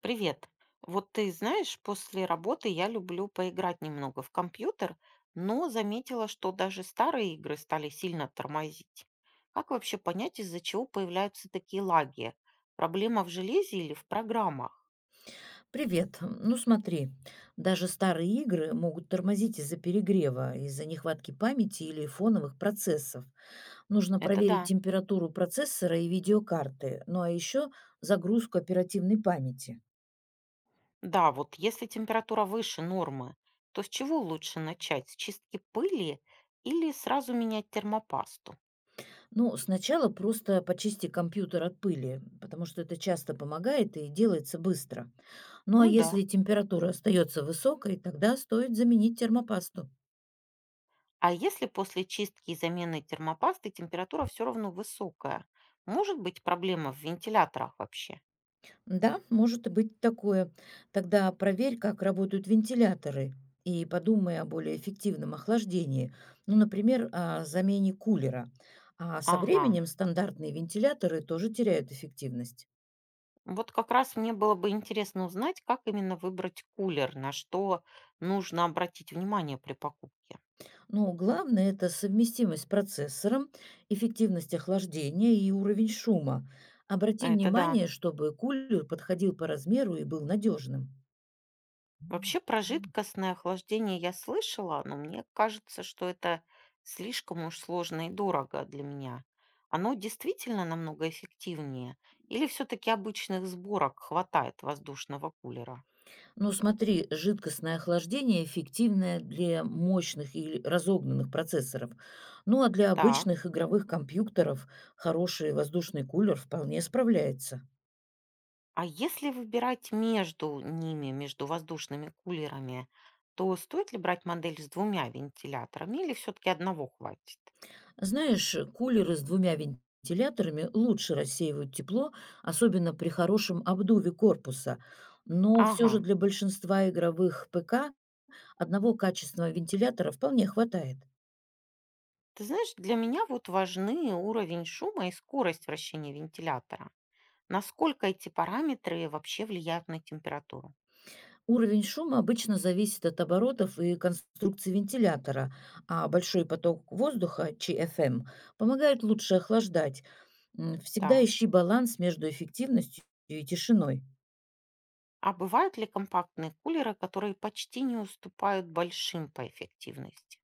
Привет. Вот ты знаешь, после работы я люблю поиграть немного в компьютер, но заметила, что даже старые игры стали сильно тормозить. Как вообще понять, из-за чего появляются такие лаги? Проблема в железе или в программах? Привет. Ну смотри, даже старые игры могут тормозить из-за перегрева, из-за нехватки памяти или фоновых процессов. Нужно Это проверить да. температуру процессора и видеокарты, ну а еще загрузку оперативной памяти. Да, вот если температура выше нормы, то с чего лучше начать? С чистки пыли или сразу менять термопасту? Ну, сначала просто почисти компьютер от пыли, потому что это часто помогает и делается быстро. Ну а Ну да. если температура остается высокой, тогда стоит заменить термопасту. А если после чистки и замены термопасты температура все равно высокая? Может быть проблема в вентиляторах вообще? Да, может и быть такое. Тогда проверь, как работают вентиляторы, и подумай о более эффективном охлаждении, ну, например, о замене кулера. А со Ага. временем стандартные вентиляторы тоже теряют эффективность. Вот как раз мне было бы интересно узнать, как именно выбрать кулер, на что нужно обратить внимание при покупке. Но главное– это совместимость с процессором, эффективность охлаждения и уровень шума. Обрати Это да. внимание, чтобы кулер подходил по размеру и был надежным. Вообще про жидкостное охлаждение я слышала, но мне кажется, что это слишком уж сложно и дорого для меня. Оно действительно намного эффективнее? Или все-таки обычных сборок хватает воздушного кулера? Ну, смотри, жидкостное охлаждение эффективное для мощных или разогнанных процессоров. Ну, а для Так, обычных игровых компьютеров хороший воздушный кулер вполне справляется. а если выбирать между ними, между воздушными кулерами, то стоит ли брать модель с двумя вентиляторами или все-таки одного хватит? Знаешь, кулеры с двумя вентиляторами лучше рассеивают тепло, особенно при хорошем обдуве корпуса. Но все Ага. же для большинства игровых ПК одного качественного вентилятора вполне хватает. Ты знаешь, для меня вот важны уровень шума и скорость вращения вентилятора. Насколько эти параметры вообще влияют на температуру? Уровень шума обычно зависит от оборотов и конструкции вентилятора, а большой поток воздуха, ЧФМ, помогает лучше охлаждать. Всегда Так. ищи баланс между эффективностью и тишиной. А бывают ли компактные кулеры, которые почти не уступают большим по эффективности?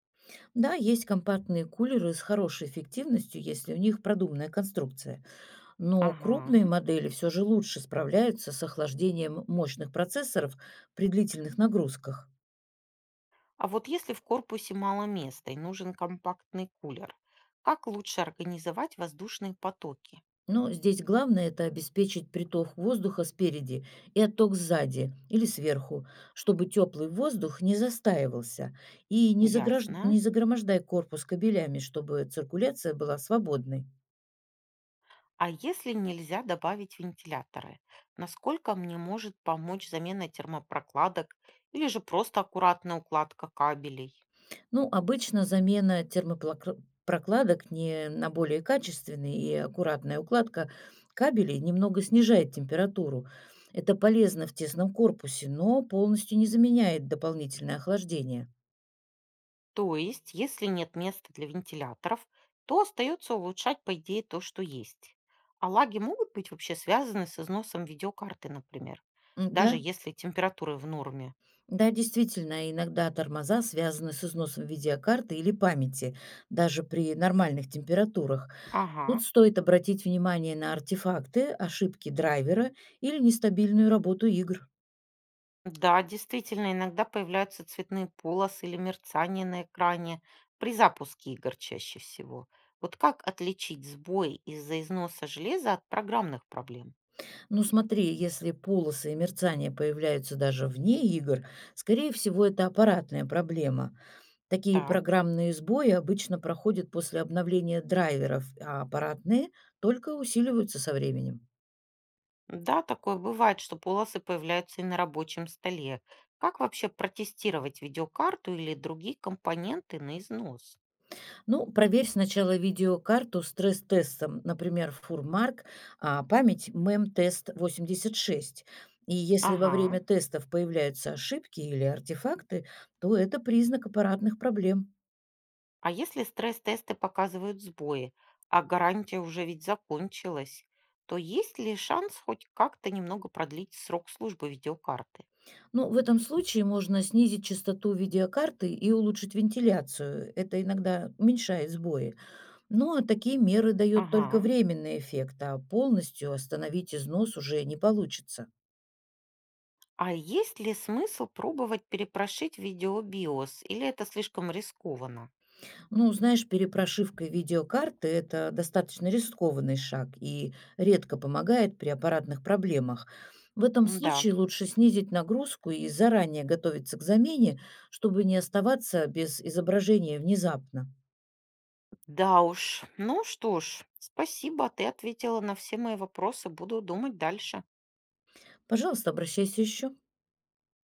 Да, есть компактные кулеры с хорошей эффективностью, если у них продуманная конструкция. Но крупные Ага. модели все же лучше справляются с охлаждением мощных процессоров при длительных нагрузках. А вот если в корпусе мало места и нужен компактный кулер, как лучше организовать воздушные потоки? Но здесь главное– это обеспечить приток воздуха спереди и отток сзади или сверху, чтобы теплый воздух не застаивался и Ясно. не загромождай корпус кабелями, чтобы циркуляция была свободной. А если нельзя добавить вентиляторы, насколько мне может помочь замена термопрокладок или же просто аккуратная укладка кабелей? Ну, обычно замена термопрокладок не на более качественные и аккуратная укладка кабелей немного снижает температуру. Это полезно в тесном корпусе, но полностью не заменяет дополнительное охлаждение. То есть, если нет места для вентиляторов, то остается улучшать, по идее, то, что есть. А лаги могут быть вообще связаны с износом видеокарты, например, даже Да, если температуры в норме. Да, действительно, иногда тормоза связаны с износом видеокарты или памяти, даже при нормальных температурах. Ага. Тут стоит обратить внимание на артефакты, ошибки драйвера или нестабильную работу игр. Да, действительно, иногда появляются цветные полосы или мерцание на экране при запуске игр чаще всего. Вот как отличить сбой из-за износа железа от программных проблем? Но смотри, если полосы и мерцания появляются даже вне игр, скорее всего, это аппаратная проблема. Такие Так. программные сбои обычно проходят после обновления драйверов, а аппаратные только усиливаются со временем. Да, такое бывает, что полосы появляются и на рабочем столе. Как вообще протестировать видеокарту или другие компоненты на износ? Ну, проверь сначала видеокарту стресс-тестом, например, фурмарк, а память мем-тест 86. И если во Ага. время тестов появляются ошибки или артефакты, то это признак аппаратных проблем. А если стресс-тесты показывают сбои, а гарантия уже ведь закончилась, то есть ли шанс хоть как-то немного продлить срок службы видеокарты? Но в этом случае можно снизить частоту видеокарты и улучшить вентиляцию. Это иногда уменьшает сбои. Но такие меры дают только Ага. временный эффект, а полностью остановить износ уже не получится. А есть ли смысл пробовать перепрошить видеобиос, или это слишком рискованно? Ну, знаешь, перепрошивка видеокарты– это достаточно рискованный шаг и редко помогает при аппаратных проблемах. В этом Да, случае лучше снизить нагрузку и заранее готовиться к замене, чтобы не оставаться без изображения внезапно. да уж. Ну что ж, спасибо, ты ответила на все мои вопросы, буду думать дальше. Пожалуйста, обращайся еще.